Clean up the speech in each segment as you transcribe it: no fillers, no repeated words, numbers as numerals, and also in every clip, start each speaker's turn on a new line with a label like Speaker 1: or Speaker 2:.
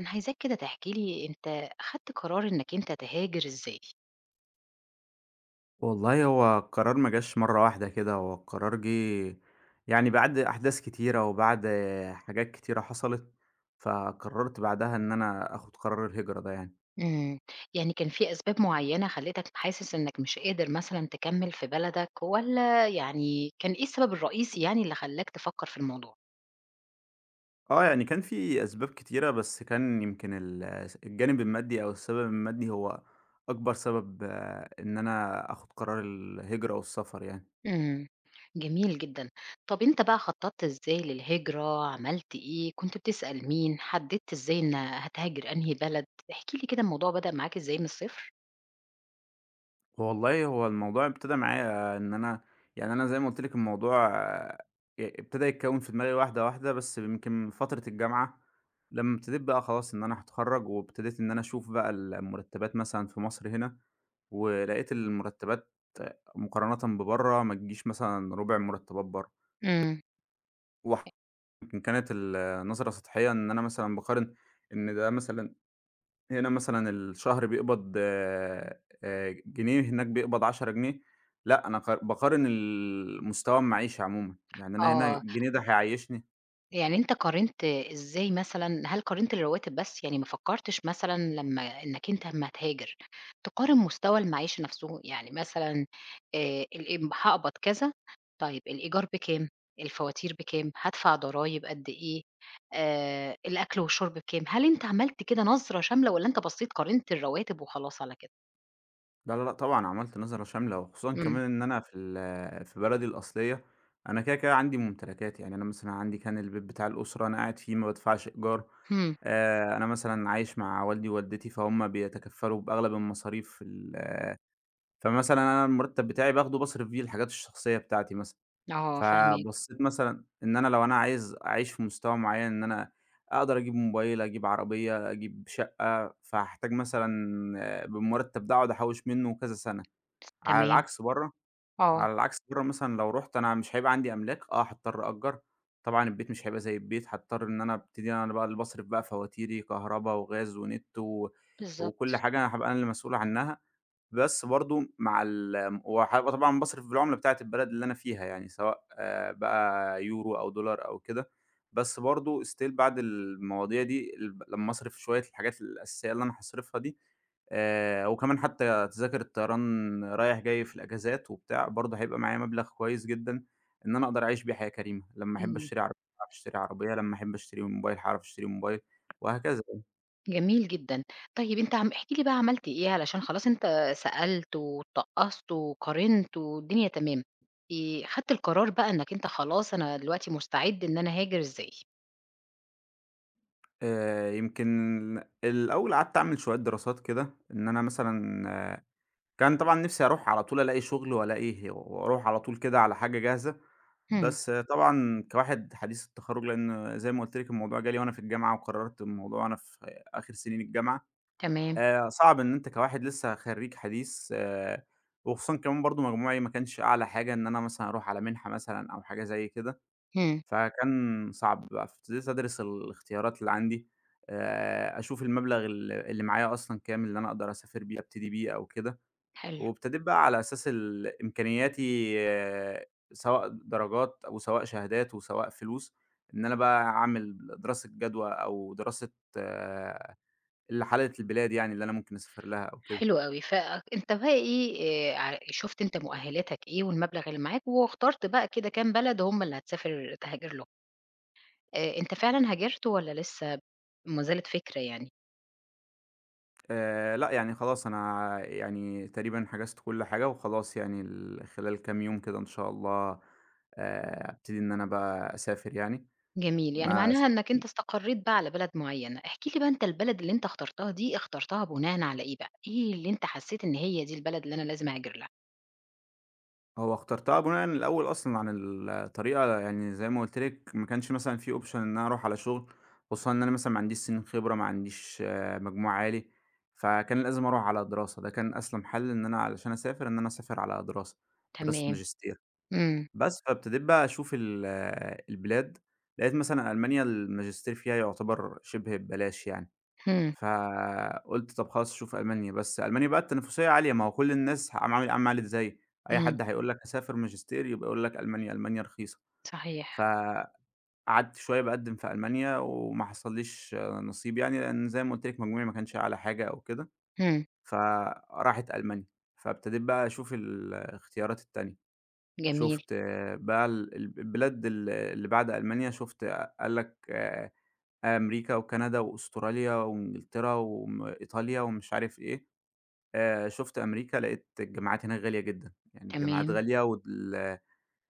Speaker 1: أنا عايزاك كده تحكي لي أنت خدت قرار إنك أنت تهاجر إزاي؟
Speaker 2: والله هو القرار ما جاش مرّة واحدة كده، هو القرار جِه يعني بعد أحداث كتيرة وبعد حاجات كتيرة حصلت، فقررت بعدها إن أنا آخد قرار الهجرة ده يعني.
Speaker 1: إمم، يعني كان في أسباب معيّنة خلّتك حاسس إنك مش قادر مثلًا تكمّل في بلدك والّا يعني كان إيه السبب الرئيسي يعني اللي خلّاك تفكّر في الموضوع؟
Speaker 2: آه، يعني كان في أسباب كتيرة، بس كان يمكن ال الس الجانب المادي أو السبب المادي هو أكبر سبب، إن أنا آخد قرار الهجرة والسفر يعني.
Speaker 1: إمم، جميل جدًا. طَب أنت بقى خطّطت إزاي للهجرة، عملت إيه، كنت بتسأل مين، حدّدت إزاي إن هتهاجر أنهي بلد؟ احكِ لي كده الموضوع بدأ معاك إزاي من الصفر؟
Speaker 2: والله هو الموضوع ابتدى معايا إن أنا يعني أنا زي ما قُلت لِك الموضوع ابتدى يتكوّن في دماغي واحدة، واحدة، بس يمكن من فترة الجامعة لمّا ابتديت بقى خلاص إن أنا هاتخرّج وابتديت إن أنا أشوف بقى المرتبات مثلًا في مصر هنا، ولقيت المرتبات مقارنةً ببرّه ما تجيش مثلًا ربع مرتبات برّه،
Speaker 1: إمم،
Speaker 2: وح يمكن كانت النظرة سطحية إن أنا مثلًا باقارن إن ده مثلًا هنا مثلًا الشهر بيقبض جنيه، هناك بيقبض 10 جنيه، لأ أنا باقارن المستوى المعيشي عمومًا، يعني أنا هنا
Speaker 1: آه.
Speaker 2: الجنيه ده هيعيشني؟
Speaker 1: يعني أنت قارنت إزاي مثلًا هل قارنت الرواتب بس؟ يعني ما فكّرتش مثلًا لمّا إنّك أنت أمّا هتهاجر، تقارن مستوى المعيشة نَفْسه، يعني مثلًا الإم هاقبض كذا، طيب الإيجار بكام، الفواتير بكام، هادفع ضرايب قد إيه، الأكل والشرب بكام، هل أنت عملت كده نظرة شاملة والّا أنت بصّيت قارنت الرواتب وخلاص على كده؟
Speaker 2: لا، لا، لأ، طبعًا عملت نظرة شاملة، وخصوصًا
Speaker 1: إمم،
Speaker 2: كمان إن أنا في بلدي الأصلية. أنا كده، كده عندي ممتلكات، يعني أنا مثلًا عندي كان البيت بتاع الأسرة أنا قاعد فيه ما بادفعش إيجار،
Speaker 1: إمم،
Speaker 2: أنا مثلًا عايش مع والدي ووالدتي فهُم بيتكفّلوا بأغلب المصاريف فمثلًا أنا المرتب بتاعي باخده باصرف بيه الحاجات الشخصية بتاعتي مثلًا.
Speaker 1: آه فاهماك،
Speaker 2: فبصيت مثلًا إن أنا لو أنا عايز أعيش في مستوى معيّن إن أنا أقدر أجيب موبايل، أجيب عربية، أجيب شقة، فهاحتاج مثلًا، بالمرتب ده أقعد أحوّش منه كذا سنة، على
Speaker 1: تمام،
Speaker 2: العكس برّه.
Speaker 1: آه،
Speaker 2: مثلًا لو رُحت أنا مش هيبقى عندي أملاك، آه هاضطر أأجّر، طبعًا البيت مش هيبقى زي البيت، هاضطر إن أنا أبتدي أنا بقى اللي باصرف بقى فواتيري كهربا وغاز ونت و
Speaker 1: بالضبط،
Speaker 2: وكل حاجة أنا هابقى أنا اللي مسؤول عنها. بس برضه مع ال وهابقى طبعًا باصرف بالعملة بتاعة البلد اللي أنا فيها يعني، سواء بقى يورو أو دولار أو كده، بس برضه still بعد المواضيع دي لمّا أصرف شوية الحاجات الأساسية اللي أنا هاصرفها دي، وكمان حتى تذاكر الطيران رايح جاي في الأجازات وبتاع، برضه هيبقى معايا مبلغ كويس جدًا إن أنا أقدر أعيش بيه حياة كريمة، لمّا أحب
Speaker 1: إمم.
Speaker 2: أشتري عربية هاعرف أشتري عربية، لمّا أحب أشتري موبايل هاعرف أشتري موبايل، وهكذا.
Speaker 1: جميل جدًا. طيب أنت عم احكِ لي بقى عملت إيه علشان خلاص أنت سألت واتطقّست وقارنت والدنيا تمام. خدت القرار بقى إنّك أنت خلاص أنا دلوقتي مستعد إن أنا هاجر الزقازيق.
Speaker 2: يمكن الأول قعدت أعمل شوية دراسات كده، إن أنا مثلًا، آه، كان طبعًا نِفْسي أروح على طول ألاقي شغل وألاقي وأروح على طول كده على حاجة جاهزة،
Speaker 1: إمم،
Speaker 2: بس طبعًا كواحد حديث التخرُّج، لإن زي ما قُلت لِك الموضوع جه لي وأنا في الجامعة وقررت الموضوع وأنا في آخِر سنين الجامعة،
Speaker 1: تمام،
Speaker 2: صعب إن أنت كواحد لسه خرّيج حديث، وخصوصًا كمان برضه مجموعي ما كانش أعلى حاجة إن أنا مثلًا أروح على مِنحة مثلًا أو حاجة زي كده.
Speaker 1: إمم،
Speaker 2: فكان صعب بقى، فابتديت أدرس الاختيارات اللي عندي، أشوف المبلغ ال اللي معايا أصلًا كام، اللي أنا أقدر أسافر بيه، أبتدي بيه أو كده،
Speaker 1: حلو،
Speaker 2: وابتديت بقى على أساس إمكانياتي، سواء درجات وسواء شهادات وسواء فلوس، إن أنا بقى أعمل دراسة جدوى أو دراسة، آه، اللي حالة البلاد يعني اللي أنا ممكن أسافر لها أو كده.
Speaker 1: حلو أوي. فأنت بقى إيه ع شُفت أنت مؤهلاتك إيه والمبلغ اللي معاك واخترت بقى كده كام بلد هم اللي هتسافر تهاجر لهم. أنت فعلًا هاجرت والّا لسه ما زالت فكرة يعني؟
Speaker 2: لأ، يعني خلاص أنا يعني تقريبًا حجزت كل حاجة وخلاص يعني خلال كام يوم كده إن شاء الله أبتدي إن أنا بقى أسافر يعني.
Speaker 1: جميل، يعني
Speaker 2: ما س
Speaker 1: معناها إنّك أنت استقرّيت بقى على بلد معيّنة، احكِ لي بقى أنت البلد اللي أنت اخترتها دي، اخترتها بناءً على إيه بقى؟ إيه اللي أنت حسّيت إن هي دي البلد اللي أنا لازم أهاجر لها؟
Speaker 2: هو اخترتها بناءً الأول أصلًا عن الطريقة، يعني زي ما قُلت لِك ما كانش مثلًا في option إن أنا أروح على شغل، خصوصًا إن أنا مثلًا ما عنديش سنين خبرة، ما عنديش، مجموع عالي، فكان لازم أروح على دراسة، ده كان أسلم حل إن أنا علشان أسافر إن أنا أسافر على دراسة، دراسة
Speaker 1: تمام،
Speaker 2: ماجستير.
Speaker 1: إمم،
Speaker 2: بس، فابتديت بقى أشوف البلاد، لقيت مثلًا ألمانيا الماجستير فيها يعتبر شِبه ببلاش يعني،
Speaker 1: إمم،
Speaker 2: فقُلت طب خلاص أشوف ألمانيا، بس ألمانيا بقى التنافسية عالية، ما هو كل الناس ع عامل عاملة عاملة زيي، أي
Speaker 1: إمم،
Speaker 2: حد هيقول لك هاسافر ماجستير يبقى يقول لك ألمانيا، ألمانيا رخيصة،
Speaker 1: صحيح،
Speaker 2: فقعدت شوية باقدّم في ألمانيا وما حصلّيش نصيب يعني، لإن زي ما قُلت لِك مجموعي ما كانش أعلى حاجة أو كده،
Speaker 1: إمم،
Speaker 2: فراحت ألمانيا، فابتديت بقى أشوف الاختيارات التانية.
Speaker 1: جميل،
Speaker 2: شُفت، آه، بقى ال البلاد اللي بعد ألمانيا، شُفت قال لك أمريكا وكندا وأستراليا وإنجلترا وم إيطاليا ومش عارف إيه، شُفت أمريكا لقيت الجامعات هناك غالية جدًا، يعني الجامعات
Speaker 1: تمام،
Speaker 2: غالية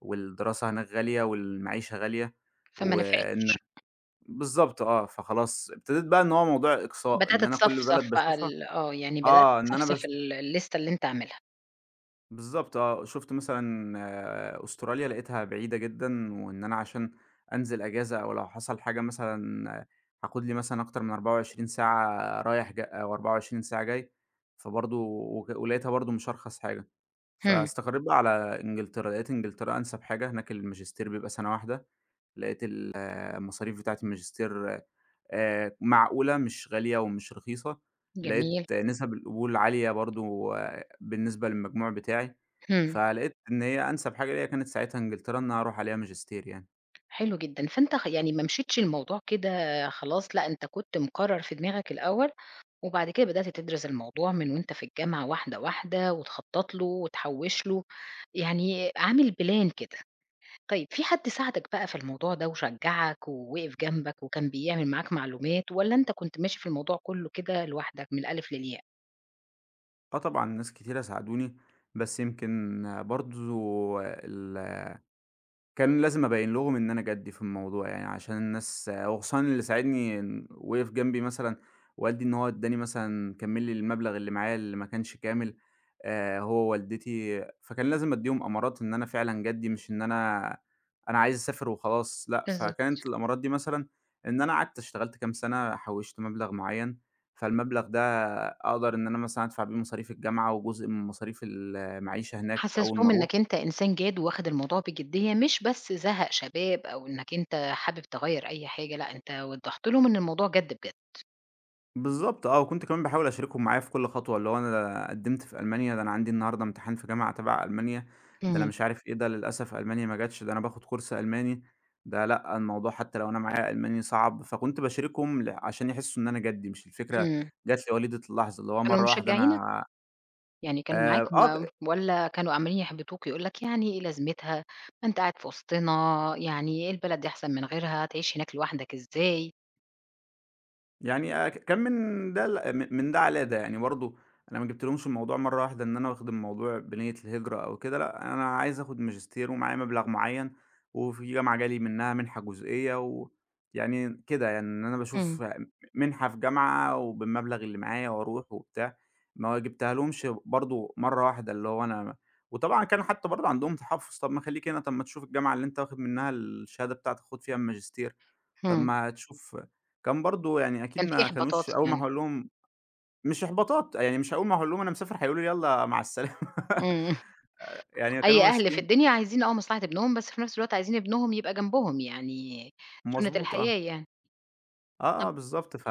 Speaker 2: والدراسة هناك غالية والمعيشة غالية،
Speaker 1: فما
Speaker 2: وإنك
Speaker 1: نفعتش،
Speaker 2: بالضبط، فخلاص ابتديت بقى إن هو موضوع إقصاء،
Speaker 1: بدأت
Speaker 2: إن أنا كل بلد
Speaker 1: تصفصف بقى
Speaker 2: باشوفها،
Speaker 1: ال آه، يعني بدأت
Speaker 2: إن أنا
Speaker 1: تصفصف
Speaker 2: باش
Speaker 1: الليستة اللي أنت عاملها،
Speaker 2: بالضبط، شُفت مثلًا، أستراليا لقيتها بعيدة جدًا، وإن أنا عشان أنزل أجازة أو لو حصل حاجة مثلًا، هاخد لي مثلًا أكتر من 24 ساعة رايح أو 24 ساعة جاي، فبرضه ولقيتها برضه مش أرخص حاجة،
Speaker 1: إمم،
Speaker 2: فاستقريت بقى على إنجلترا، لقيت إنجلترا أنسب حاجة، هناك الماجستير بيبقى سنة واحدة، لقيت ال آه، المصاريف بتاعة الماجستير معقولة مش غالية ومش رخيصة، لقيت
Speaker 1: جميل،
Speaker 2: نسب القبول عالية برضه بالنسبة للمجموع بتاعي،
Speaker 1: إمم،
Speaker 2: فلقيت إن هي أنسب حاجة ليّا كانت ساعتها إنجلترا، إن أنا أروح عليها ماجستير يعني.
Speaker 1: حلو جدًا، فأنت يعني ما مشيتش الموضوع كده خلاص، لأ أنت كنت مقرّر في دماغك الأول وبعد كده بدأت تدرس الموضوع من وأنت في الجامعة واحدة، واحدة وتخطّط له وتحوّش له، يعني عامل بلان كده. طيب في حد ساعدك بقى في الموضوع ده وشجّعك ووقف جنبك وكان بيعمل معاك معلومات والّا أنت كنت ماشي في الموضوع كُلّه كده لوحدك من الألف للياء؟
Speaker 2: آه طبعًا، ناس كتيرة ساعدوني، بس يمكن برضه ال كان لازم أبيّن لهم إن أنا جَدّي في الموضوع، يعني عشان الناس وخصوصًا اللي ساعدني إن وقف جنبي مثلًا والدي، إن هو ادّاني مثلًا كمّل لي المبلغ اللي معايا اللي ما كانش كامل، هو ووالدتي، فكان لازم أدّيهم أمارات إن أنا فعلًا جَدّي، مش إن أنا عايز أسافر وخلاص، لأ،
Speaker 1: بالضبط.
Speaker 2: فكانت الأمارات دي مثلًا إن أنا قعدت اشتغلت كام سَنة حوّشت مبلغ معيّن، فالمبلغ ده أقدر إن أنا مثلًا أدفع بيه مصاريف الجامعة وجزء من مصاريف المعيشة هناك أول ما
Speaker 1: حسّستهم
Speaker 2: أروح.
Speaker 1: إنّك أنت إنسان جاد وواخد الموضوع بجدية مش بس زهق شباب أو إنّك أنت حابب تغيّر أي حاجة، لأ أنت وضّحت لهم إن الموضوع جَد بجد.
Speaker 2: بالضبط، وكنت كمان باحاول أشاركهم معايا في كل خطوة، اللي هو أنا ده قدّمت في ألمانيا، ده أنا عندي النهارده امتحان في جامعة تبع ألمانيا، ده أنا
Speaker 1: إمم.
Speaker 2: مش عارف إيه، ده للأسف ألمانيا ما جاتش، ده أنا باخد كورس ألماني، ده لأ، الموضوع حتى لو أنا معايا ألماني صعب، فكنت باشاركهم عشان يحسّوا إن أنا جدّي، مش الفكرة
Speaker 1: إمم.
Speaker 2: جات لي وليدة اللحظة، اللي هو
Speaker 1: كانوا
Speaker 2: مرّة واحدة
Speaker 1: مشجّعينك؟
Speaker 2: أنا،
Speaker 1: يعني كانوا معاك
Speaker 2: آآ آه،
Speaker 1: هم والّا كانوا عمّالين يحبطوك يقولوا لك: "يعني إيه لازمتها، ما أنت قاعد في وسطنا، يعني إيه البلد دي أحسن من غيرها، تعيش هناك لوحدك إزاي؟"
Speaker 2: يعني، ك كان من ده ل م من ده على ده، يعني برضه أنا ما جبتلهمش الموضوع مرّة واحدة إن أنا واخد الموضوع بنية الهجرة أو كده، لأ، أنا عايز آخد ماجستير ومعايا مبلغ معيّن، وفي جامعة جه لي منها منحة جزئية يعني كده يعني إن أنا
Speaker 1: إمم،
Speaker 2: باشوف منحة في جامعة وبالمبلغ اللي معايا وأروح وبتاع، ما جبتها لهمش برضه مرّة واحدة اللي هو أنا وطبعًا كان حتى برضه عندهم تحفُّظ، طَب ما خلّيك هنا، طَب ما تشوف الجامعة اللي أنت واخد منها الشهادة بتاعتك خُد فيها الماجستير. طب
Speaker 1: إمم.
Speaker 2: ما تشوف، كان برضه يعني أكيد
Speaker 1: كان في
Speaker 2: ما
Speaker 1: إحباطات
Speaker 2: كانوش أول ما
Speaker 1: يعني،
Speaker 2: هاقول لهم. مش إحباطات، يعني مش أول ما هاقول لهم أنا مسافر هيقولوا لي يالّا مع السلامة
Speaker 1: إمم.
Speaker 2: يعني كانوا
Speaker 1: أي أهل في
Speaker 2: ماسكين.
Speaker 1: الدنيا عايزين مصلحة ابنهم، بس في نفس الوقت عايزين ابنهم يبقى جنبهم، يعني سُنة
Speaker 2: مضبوط آه.
Speaker 1: الحياة يعني.
Speaker 2: آه،
Speaker 1: طب
Speaker 2: آه بالضبط، ف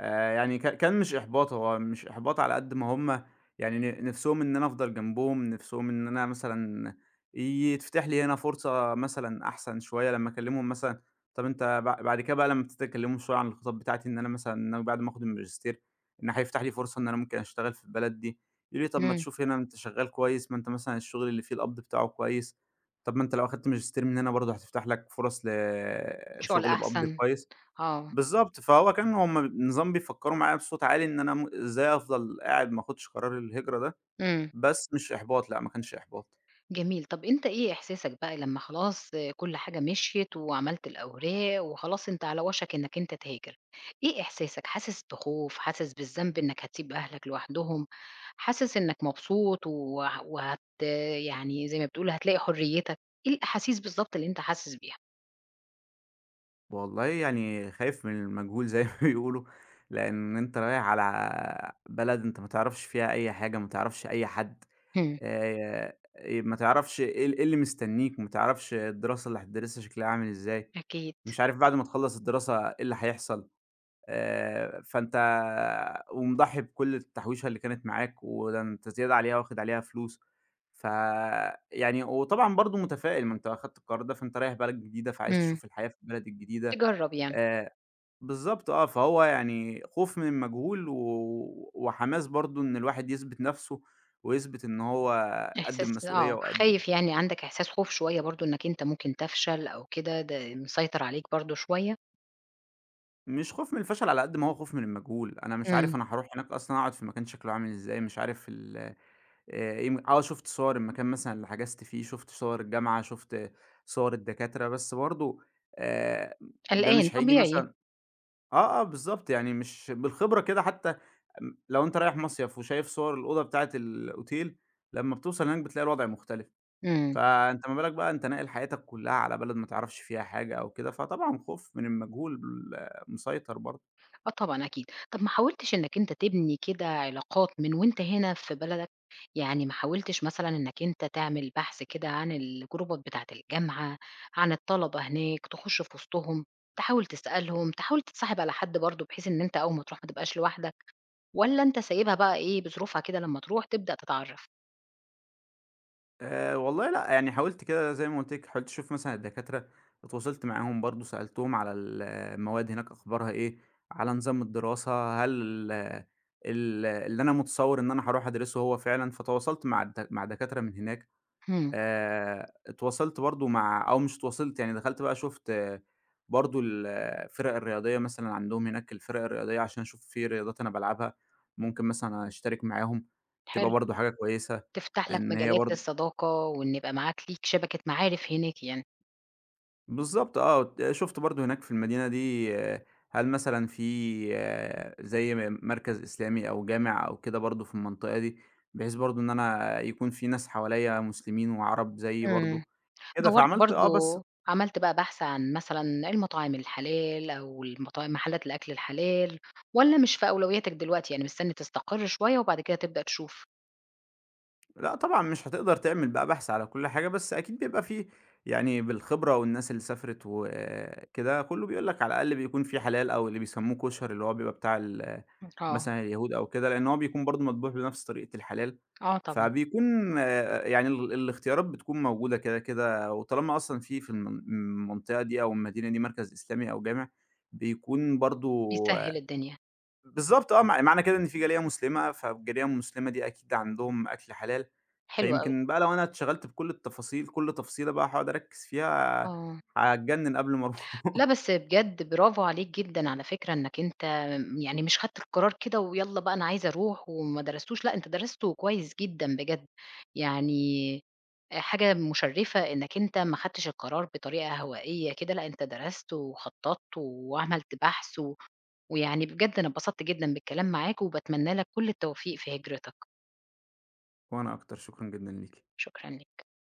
Speaker 2: يعني، كان مش إحباط، هو مش إحباط على قد ما هم، يعني نِفْسهم إن أنا أفضل جنبهم، نِفْسهم إن أنا مثلًا يتفتح لي هنا فرصة مثلًا أحسن شوية لمّا أكلّمهم مثلًا. طَب أنت بعد كده بقى لمّا ابتديت أكلّمهم شوية عن الخطط بتاعتي إن أنا مثلًا إن أنا بعد ما آخُد الماجستير إن هيفتح لي فرصة إن أنا ممكن أشتغل في البلد دي، يقولوا لي: "طَب ما
Speaker 1: إمم.
Speaker 2: تشوف هنا أنت شغّال كويس، ما أنت مثلًا الشغل اللي فيه القبض بتاعه كويس، طَب ما أنت لو أخدت ماجستير من هنا برضه هتفتح لك فُرَص
Speaker 1: شغل
Speaker 2: لشغل بقبض
Speaker 1: أحسن،
Speaker 2: كويس."
Speaker 1: آه.
Speaker 2: بالضبط، فهو كان هم نظام بيفكّروا معايا بصوت عالي إن أنا إزاي أفضل قاعد ما آخُدش قرار الهجرة ده،
Speaker 1: إمم.
Speaker 2: بس مش إحباط، لأ ما كانش إحباط.
Speaker 1: جميل، طب أنت إيه إحساسك بقى لمّا خلاص كل حاجة مشيت وعملت الأوراق وخلاص أنت على وشك إنك أنت تهاجر، إيه إحساسك؟ حاسس بخوف، حاسس بالذنب إنك هتسيب أهلك لوحدهم، حاسس إنك مبسوط وه وهت يعني زي ما بتقول هتلاقي حريتك، إيه الأحاسيس بالضبط اللي أنت حاسس بيها؟
Speaker 2: والله يعني خايف من المجهول زي ما بيقولوا، لإن أنت رايح على بلد أنت ما تعرفش فيها أي حاجة، ما تعرفش أي حد،
Speaker 1: إمم.
Speaker 2: آآ ما تعرفش إيه إيه اللي مستنّيك، ما تعرفش الدراسة اللي هتدرسها شكلها عامل إزاي،
Speaker 1: أكيد.
Speaker 2: مش عارف بعد ما تخلّص الدراسة إيه اللي هيحصل، فأنت ومضحّي بكل التحويشة اللي كانت معاك، وده أنت زيادة عليها واخد عليها فلوس، فيعني وطبعًا برضه متفائل، ما أنت أخدت القرار ده، فأنت رايح بلد جديدة، فعايز
Speaker 1: إمم،
Speaker 2: تشوف الحياة في البلد الجديدة،
Speaker 1: تجرّب يعني،
Speaker 2: آآ، بالضبط، فهو يعني خوف من المجهول و وحماس برضه إن الواحد يثبت نَفْسه، ويثبت إن هو قد
Speaker 1: إحساس
Speaker 2: المسؤولية وقد
Speaker 1: خايف يعني عندك إحساس خوف شوية برضه إنك أنت ممكن تفشل أو كده، ده مسيطر عليك برضه شوية؟
Speaker 2: مش خوف من الفشل على قد ما هو خوف من المجهول، أنا مش عارف
Speaker 1: إمم،
Speaker 2: أنا هاروح هناك أصلًا أقعد في مكان شكله عامل إزاي، مش عارف ال يم آه شُفت صور المكان مثلًا اللي حجزت فيه، شُفت صور الجامعة، شُفت صور الدكاترة، بس برضه آآ ده
Speaker 1: قلقان،
Speaker 2: مش هييجي
Speaker 1: طبيعي.
Speaker 2: مثلًا، آه، آه بالضبط، يعني مش بالخبرة كده حتى لو أنت رايح مصيف وشايف صور الأوضة بتاعة الأوتيل، لمّا بتوصل هناك بتلاقي الوضع مختلف،
Speaker 1: إمم.
Speaker 2: فأنت ما بالك بقى أنت ناقل حياتك كلها على بلد ما تعرفش فيها حاجة أو كده، فطبعًا خوف من المجهول، آه، مسيطر برضه.
Speaker 1: آه طبعًا أكيد. طَب ما حاولتش إنّك أنت تبني كده علاقات من وأنت هنا في بلدك؟ يعني ما حاولتش مثلًا إنّك أنت تعمل بحث كده عن الجروبات بتاعة الجامعة، عن الطلبة هناك، تخُش في وسطهم، تحاول تسألهم، تحاول تتصاحب على حد برضه بحيث إن أنت أول ما تروح ما تبقاش لوحدك، والّا أنت سايبها بقى إيه، بظروفها كده لمّا تروح تبدأ تتعرّف؟
Speaker 2: والله لأ، يعني حاولت كده زي ما قُلت لِك، حاولت أشوف مثلًا الدكاترة، اتواصلت معاهم برضه، سألتهم على المواد هناك أخبارها إيه، على نظام الدراسة، هل ال اللي أنا متصوّر إن أنا هاروح أدرسه هو فعلًا، فتواصلت مع دكاترة من هناك،
Speaker 1: إمم،
Speaker 2: اتواصلت برضه مع، أو مش اتواصلت، يعني دخلت بقى شُفت برضه الفِرَق الرياضية مثلًا عندهم هناك، الفِرَق الرياضية عشان أشوف في رياضات أنا بالعبها، ممكن مثلًا أشترك معاهم، تبقى
Speaker 1: حلو.
Speaker 2: برضه حاجة كويسة،
Speaker 1: تفتح لك
Speaker 2: إن هي
Speaker 1: مجالات
Speaker 2: برضه
Speaker 1: للصداقة وإن يبقى معاك ليك شبكة معارف هناك يعني.
Speaker 2: بالضبط، شُفت برضه هناك في المدينة دي، هل مثلًا في، زي مركز إسلامي أو جامع أو كده برضه في المنطقة دي، بحيث برضه إن أنا يكون في ناس حواليّا مسلمين وعرب زيي
Speaker 1: إمم.
Speaker 2: برضه كده،
Speaker 1: دَوّرت
Speaker 2: فعملت آه، بس.
Speaker 1: برضه عملت بقى بحث عن مثلًا المطاعم الحلال أو المطاعم محلات الأكل الحلال والّا مش في أولوياتك دلوقتي، يعني مستني تستقر شوية وبعد كده تبدأ تشوف؟
Speaker 2: لأ طبعًا مش هتقدر تعمل بقى بحث على كل حاجة، بس أكيد بيبقى في، يعني بالخبرة والناس اللي سافرت وكده، كله بيقول لك على الأقل بيكون في حلال أو اللي بيسموه كُشَري، اللي هو بيبقى بتاع
Speaker 1: إمم. آه،
Speaker 2: مثلًا اليهود أو كده، لأن هو بيكون برضه مطبوخ بنفس طريقة الحلال،
Speaker 1: آه طبعًا،
Speaker 2: فبيكون، يعني الاختيارات بتكون موجودة كده، كده، وطالما أصلًا في المنطقة دي أو المدينة دي مركز إسلامي أو جامع، بيكون برضه
Speaker 1: بيسهّل الدنيا،
Speaker 2: بالضبط، مع معنى كده إن في جالية مسلمة، فالجالية المسلمة دي أكيد عندهم أكل حلال،
Speaker 1: حلو أوي،
Speaker 2: فيمكن بقى لو أنا اتشغلت بكل التفاصيل، كل تفصيلة بقى هاقعد أركّز فيها
Speaker 1: آه.
Speaker 2: هاتجنن قبل ما أروح.
Speaker 1: لأ، بس بجد برافو عليك جدًا على فكرة إنّك أنت يعني مش خدت القرار كده ويالّا بقى أنا عايز أروح وما درستوش، لأ، أنت درسته كويس جدًا بجد، يعني حاجة مُشرّفة إنّك أنت ما خدتش القرار بطريقة هوائية كده، لأ، أنت درست وخطّطت وعملت بحث ويعني بجد أنا اتبسطت جدًا بالكلام معاك وباتمنى لك كل التوفيق في هجرتك،
Speaker 2: وأنا أكتر، شكرًا جدًا ليكِ.
Speaker 1: شكرًا ليك.